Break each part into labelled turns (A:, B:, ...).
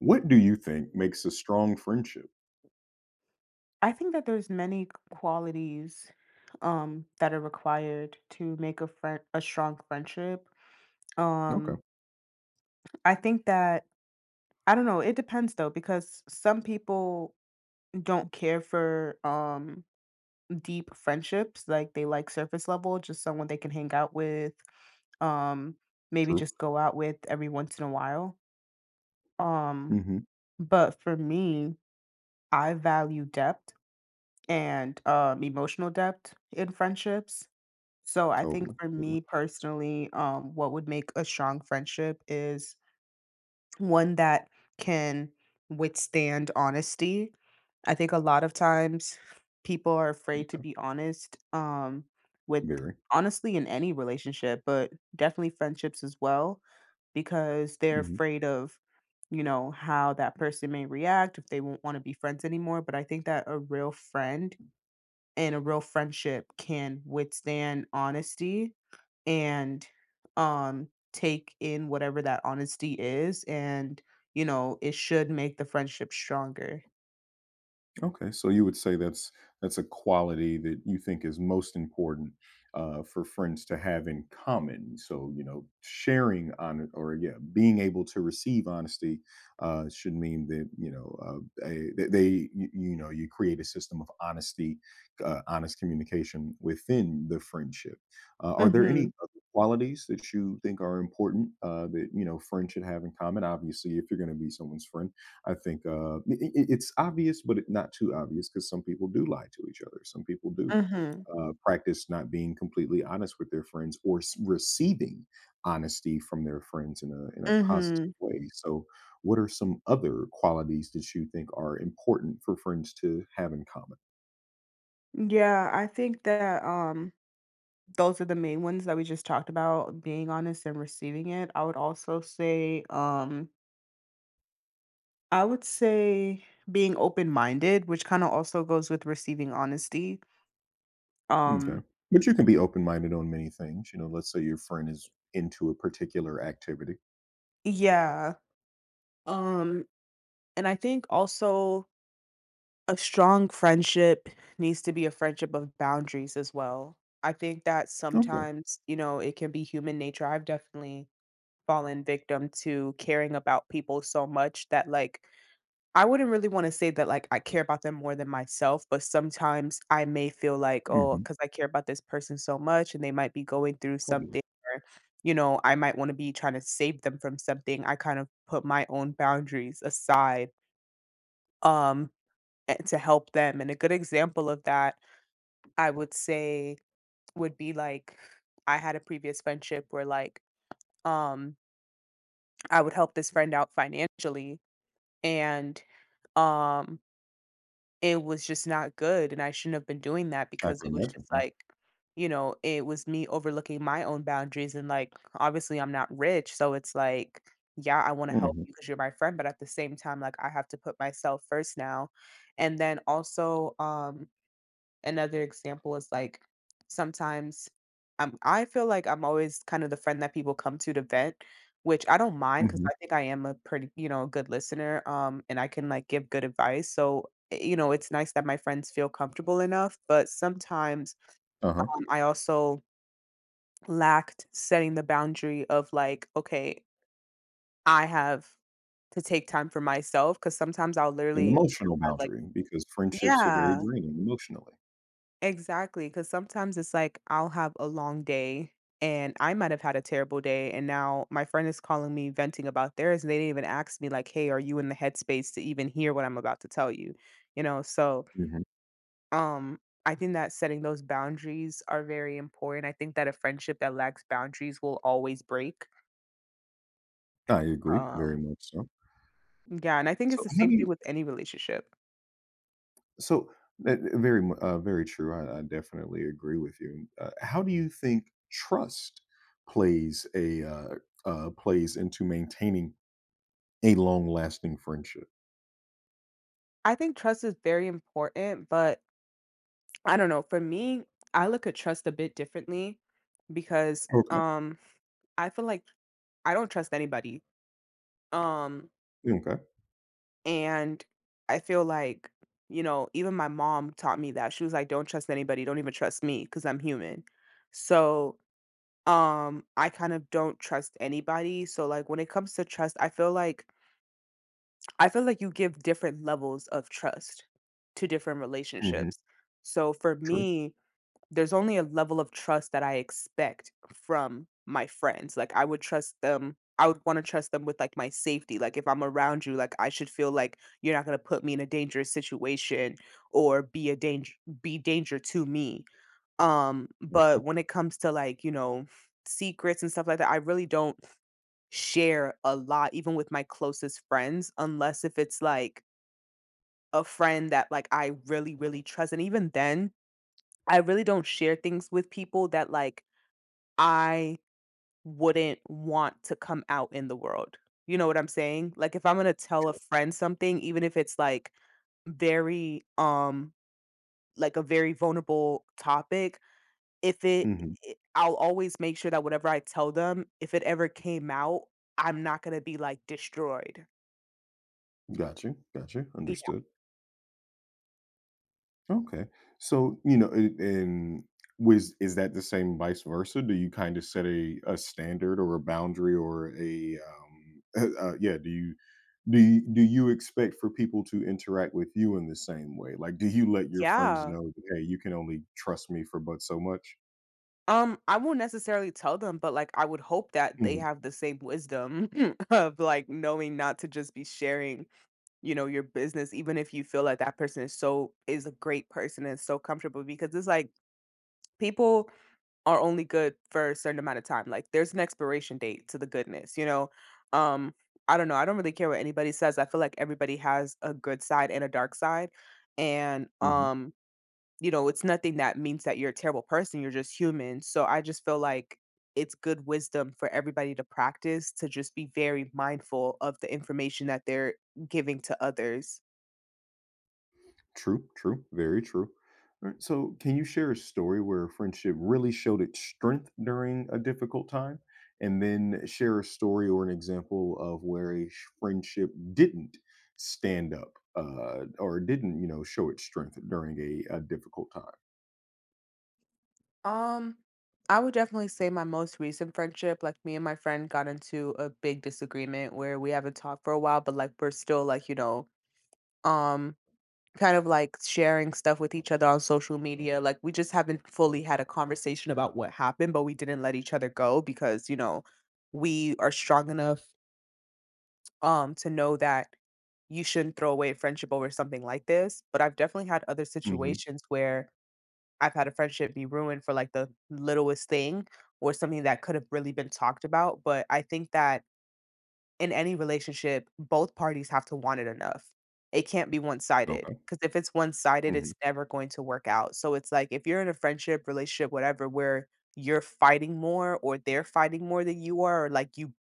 A: What do you think makes a strong friendship?
B: I think that there's many qualities that are required to make a friend a strong friendship.
A: Okay,
B: Um I think that I don't know, it depends though because some people don't care for deep friendships, like they like surface level, just someone they can hang out with, um maybe
A: true.
B: just go out with every once in a while. Um
A: Mhm.
B: but for me, I value depth and, emotional depth in friendships. So I think
A: Totally,
B: for
A: totally.
B: me personally, what would make a strong friendship is one that can withstand honesty. I think a lot of times people are afraid to be honest, with
A: Very.
B: honestly in any relationship, but definitely friendships as well, because they're
A: Mhm.
B: afraid of, how that person may react if they won't want to be friends anymore. But I think that a real friend and a real friendship can withstand honesty and take in whatever that honesty is, and it should make the friendship stronger.
A: Okay, so you would say that's a quality that you think is most important for friends to have in common. So you know, sharing on or yeah, being able to receive honesty should mean that you know that you know you create a system of honesty, honest communication within the friendship. Are there
B: Mhm.
A: any other qualities that you think are important that you know friends should have in common? Obviously, if you're going to be someone's friend I think it's obvious, but not too obvious because some people do lie to each other. Some people do
B: Mhm.
A: practice not being completely honest with their friends or receiving honesty from their friends in a
B: Mhm.
A: positive way. So, what are some other qualities that you think are important for friends to have in common?
B: Yeah, I think that those are the main ones that we just talked about, being honest and receiving it. I would also say I would say being open minded, which kind of also goes with receiving honesty. um
A: Okay, but you can be open minded on many things. You know, let's say your friend is into a particular activity.
B: yeah. um And I think also a strong friendship needs to be a friendship of boundaries as well. I think that
A: Okay,
B: sometimes, you know, it can be human nature. I've definitely fallen victim to caring about people so much that, like, I wouldn't really want to say that, like, I care about them more than myself, but sometimes I may feel like, oh,
A: hmm,
B: because I care about this person so much and they might be going through
A: totally.
B: something, or, you know, I might want to be trying to save them from something. I kind of put my own boundaries aside, um to help them. And a good example of that, I would say, would be like I had a previous friendship where like um I would help this friend out financially, and um it was just not good and I shouldn't have been doing that,
A: I
B: because it
A: can
B: was just
A: imagine. Yeah.
B: like, you know, it was me overlooking my own boundaries, and like obviously I'm not rich, so it's like, yeah, I want to help
A: Hmm.
B: you because you're my friend, but at the same time like I have to put myself first now. And then also another example is like sometimes I feel like I'm always kind of the friend that people come to vent, which I don't mind because
A: Hmm.
B: I think I am a pretty, you know, good listener. And I can like give good advice. So, you know, it's nice that my friends feel comfortable enough. But sometimes
A: Uh huh.
B: I also lacked setting the boundary of like, okay, I have to take time for myself, because sometimes I'll
A: An
B: literally
A: emotional
B: have like,
A: boundary because friendships are very
B: yeah,
A: draining emotionally.
B: exactly, because sometimes it's like I'll have a long day, and I might have had a terrible day, and now my friend is calling me venting about theirs, and they didn't even ask me like, "Hey, are you in the headspace to even hear what I'm about to tell you?" You know, so
A: Mhm.
B: um, I think that setting those boundaries are very important. I think that a friendship that lacks boundaries will always break.
A: I agree, very
B: Um.
A: much so.
B: Yeah, and I think it's
A: So
B: the
A: how
B: same
A: do
B: thing
A: you
B: with any relationship.
A: so, eh, eh, very mu Very true, I definitely agree with you. How do you think trust plays plays into maintaining a long-lasting friendship?
B: I think trust is very important, but I don't know, for me, I look at trust a bit differently because
A: Okay,
B: I feel like I don't trust anybody. Um
A: okay.
B: And I feel like, you know, even my mom taught me that. She was like, don't trust anybody, don't even trust me because I'm human. So, I kind of don't trust anybody. So like when it comes to trust, I feel like you give different levels of trust to different
A: Mhm,
B: relationships. So for
A: true,
B: me, there's only a level of trust that I expect from my friends. Like, I would wanna trust them with, like, my safety, like, if I'm around you, like, I should feel like you're not gonna put me in a dangerous situation or be a danger, be danger to me.
A: yeah.
B: But when it comes to, like, you know, secrets and stuff like that, I really don't share a lot even with my closest friends unless if it's, like, a friend that, like, I really, really trust, and even then I really don't share things with people that, like, I wouldn't want to come out in the world. You know what I'm saying? Like if I'm going to tell a friend something, even if it's like very like a very vulnerable topic, if it
A: Mhm.
B: it- I'll always make sure that whatever I tell them, if it ever came out, I'm not going to be like destroyed.
A: Got you,
B: Yeah.
A: understood. Okay. So, you know, it- and was is that the same vice versa? Do you kind of set a standard or a boundary or a yeah, do you expect for people to interact with you in the same way? Like do you let your friends
B: Yeah.
A: know, that, "Hey, you can only trust me for but so much?"
B: I won't necessarily tell them, but, like, I would hope that they
A: Mhm,
B: have the same wisdom of, like, knowing not to just be sharing, you know, your business, even if you feel like that person is so is a great person and so comfortable, because it's like people are only good for a certain amount of time. Like, there's an expiration date to the goodness, you know? Um, I don't know. I don't really care what anybody says. I feel like everybody has a good side and a dark side. And,
A: mhm.
B: you know, it's nothing that means that you're a terrible person, you're just human. So I just feel like it's good wisdom for everybody to practice to just be very mindful of the information that they're giving to others.
A: True, true, very true. Alright, so can you share a story where friendship really showed its strength during a difficult time? And then share a story or an example of where friendship didn't stand up or didn't, you know, show its strength during a difficult time.
B: Um, I would definitely say my most recent friendship, like me and my friend got into a big disagreement where we haven't talked for a while, but like we're still like, you know, um kind of like sharing stuff with each other on social media. Like we just haven't fully had a conversation about what happened, but we didn't let each other go because, you know, we are strong enough to know that you shouldn't throw away a friendship over something like this. But I've definitely had other
A: Hmm.
B: situations where I've had a friendship be ruined for like the littlest thing or something that could have really been talked about. But I think that in any relationship, both parties have to want it enough. It can't be sided,
A: Okay.
B: because if it's one-sided, it's
A: Hmm.
B: never going to work out. So it's like if you're in a friendship, relationship, whatever, where you're fighting more or they're fighting more than you are, or like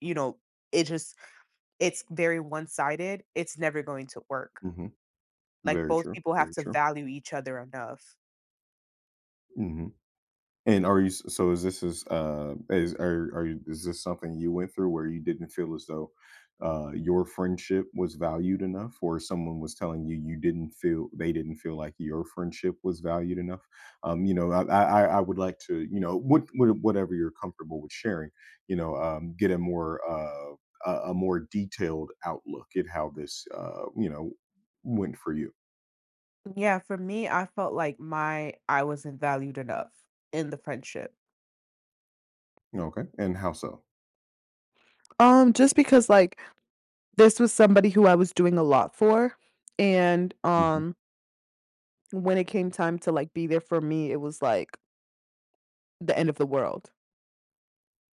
B: you know, it just it's very one-sided, it's never going to work.
A: Hmm.
B: Like
A: Very
B: both
A: true.
B: people have
A: Very
B: to
A: true.
B: value each other enough.
A: Mm-hmm. And are you so? Is this is are you, is this something you went through where you didn't feel as though your friendship was valued enough, or someone was telling you you didn't feel they didn't feel like your friendship was valued enough? You know, I would like to you know what whatever you're comfortable with sharing, you know, get a more a more detailed outlook at how this you know went for you.
B: Yeah, for me, I felt like my I wasn't valued enough in the friendship.
A: Okay, and how so?
B: Just because, like, this was somebody who I was doing a lot for, and,
A: Hmm.
B: when it came time to, like, be there for me, it was, like, the end of the world.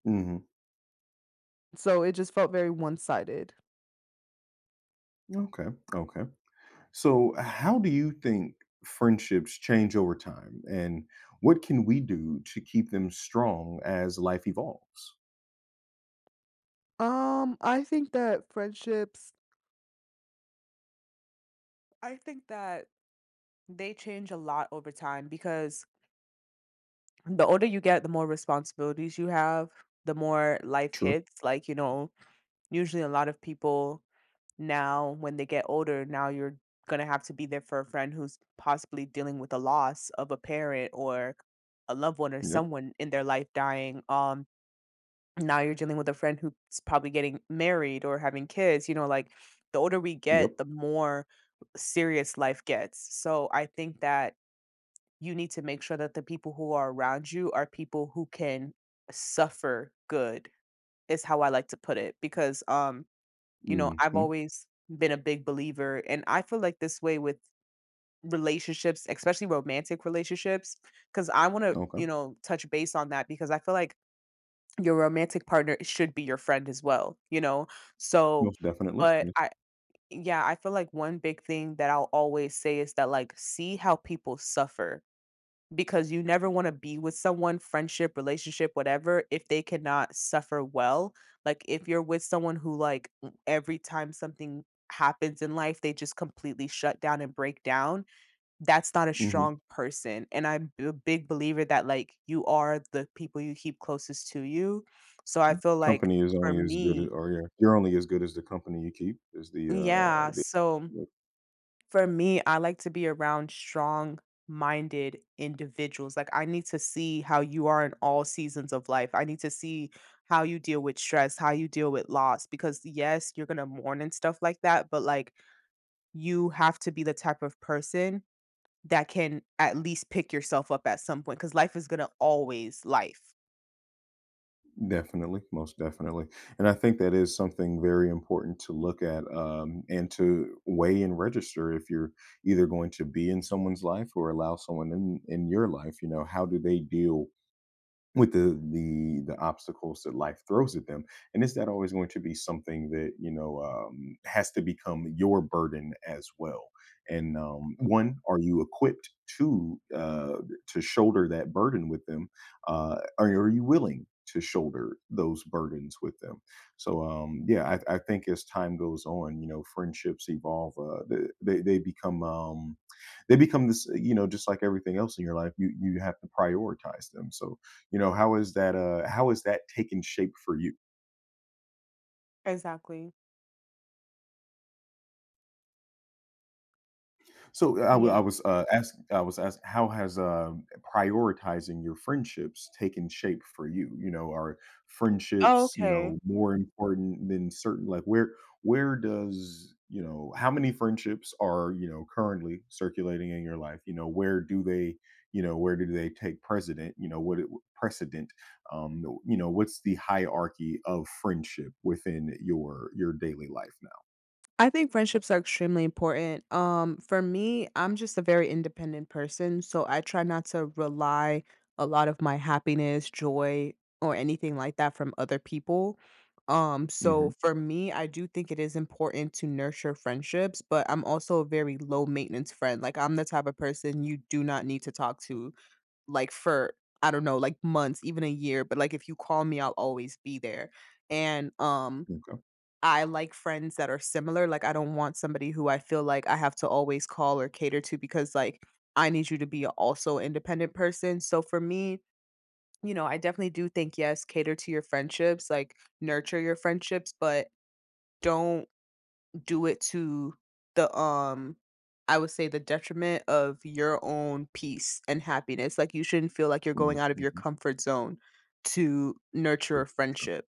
A: Hmm.
B: So it just felt very one-sided.
A: Okay. Okay. So, how do you think friendships change over time? And what can we do to keep them strong as life evolves?
B: I think that I think that they change a lot over time because the older you get, the more responsibilities you have, the more life
A: True.
B: hits, like, you know, usually a lot of people, now when they get older, now you're going to have to be there for a friend who's possibly dealing with a loss of a parent or a loved one or
A: Yep.
B: someone in their life dying. Now you're dealing with a friend who's probably getting married or having kids, you know, like the older we
A: Yep.
B: get, the more serious life gets. So I think that you need to make sure that the people who are around you are people who can suffer good is how I like to put it, because you know, I've
A: Hmm.
B: always been a big believer, and I feel like this way with relationships, especially romantic relationships, because I want to,
A: Okay.
B: you know, touch base on that because I feel like your romantic partner should be your friend as well, you know? So,
A: Most definitely.
B: but I, yeah, I feel like one big thing that I'll always say is that, like, see how people suffer, because you never want to be with someone, friendship, relationship, whatever, if they cannot suffer well. Like if you're with someone who like every time something happens in life, they just completely shut down and break down, that's not a
A: Mm-hmm.
B: strong person. And I'm a big believer that like you are the people you keep closest to you. So I feel like
A: Company is
B: for
A: only as good as,
B: me,
A: or yeah, you're only as good as the company you keep. Is the uh
B: yeah,
A: the
B: so for me, I like to be around strong-minded individuals. Like, I need to see how you are in all seasons of life. I need to see how you deal with stress, how you deal with loss, because, yes, you're gonna mourn and stuff like that, but, like, you have to be the type of person that can at least pick yourself up at some point. Because life is gonna always life.
A: definitely, most definitely. And I think that is something very important to look at and to weigh and register if you're either going to be in someone's life or allow someone in your life. You know, how do they deal with the obstacles that life throws at them, and is that always going to be something that you know has to become your burden as well, and one, are you equipped to uh, to shoulder that burden with them, or are you willing to shoulder those burdens with them. So yeah, I think as time goes on you know friendships evolve, they, they become um, they become this, you know, just like everything else in your life, you have to prioritize them. So you know, how is that taken shape for you?
B: Exactly.
A: So, I w-
B: Yeah.
A: I was, asking I was asked how has, prioritizing your friendships taken shape for you? You know, are
B: Oh,
A: friendships, you
B: okay.
A: know, more important than certain, like, where does, you know, how many friendships are, you know, currently circulating in your life? You know, where do they you know, where do they take precedent? You know, what it precedent, you know, what's the hierarchy of friendship within your daily life now?
B: I think friendships are extremely important. For me, I'm just a very independent person, so I try not to rely a lot of my happiness, joy, or anything like that from other people. So
A: Mhm.
B: for me, I do think it is important to nurture friendships, but I'm also a very low maintenance friend. Like I'm the type of person you do not need to talk to like for I don't know, like months, even a year, but like if you call me, I'll always be there. And
A: Okay.
B: I like friends that are similar. Like, I don't want somebody who I feel like I have to always call or cater to because, like, I need you to be also an independent person. So for me, you know, I definitely do think, yes, cater to your friendships, like nurture your friendships, but don't do it to the, I would say the detriment of your own peace and happiness. Like, you shouldn't feel like you're going
A: Mhm.
B: out of your
A: Mhm.
B: comfort zone to nurture
A: True.
B: a friendship.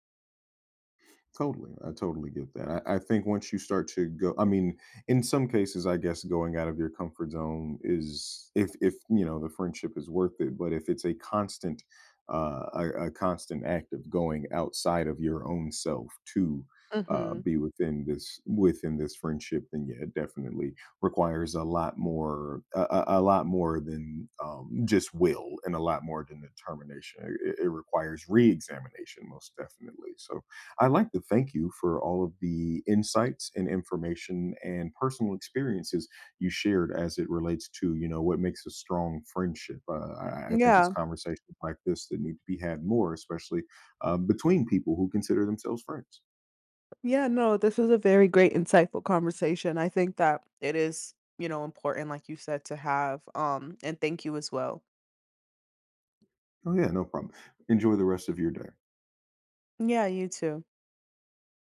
A: Totally. I totally get that. I think once you start to go, I mean, in some cases, I guess going out of your comfort zone is if, you know, the friendship is worth it. But if it's a constant, a constant act of going outside of your own self to,
B: Mhm.
A: be within this friendship, then yeah, it definitely requires a lot more, a lot more than just will, and a lot more than determination. It requires re-examination, most definitely. So I'd like to thank you for all of the insights and information and personal experiences you shared as it relates to, you know, what makes a strong friendship. I think it's
B: Yeah.
A: conversations like this that need to be had more, especially between people who consider themselves friends.
B: Yeah, no, this was a very great insightful conversation. I think that it is, you know, important like you said to have, and thank you as well.
A: Oh, yeah, no problem. Enjoy the rest of your day.
B: Yeah, you too.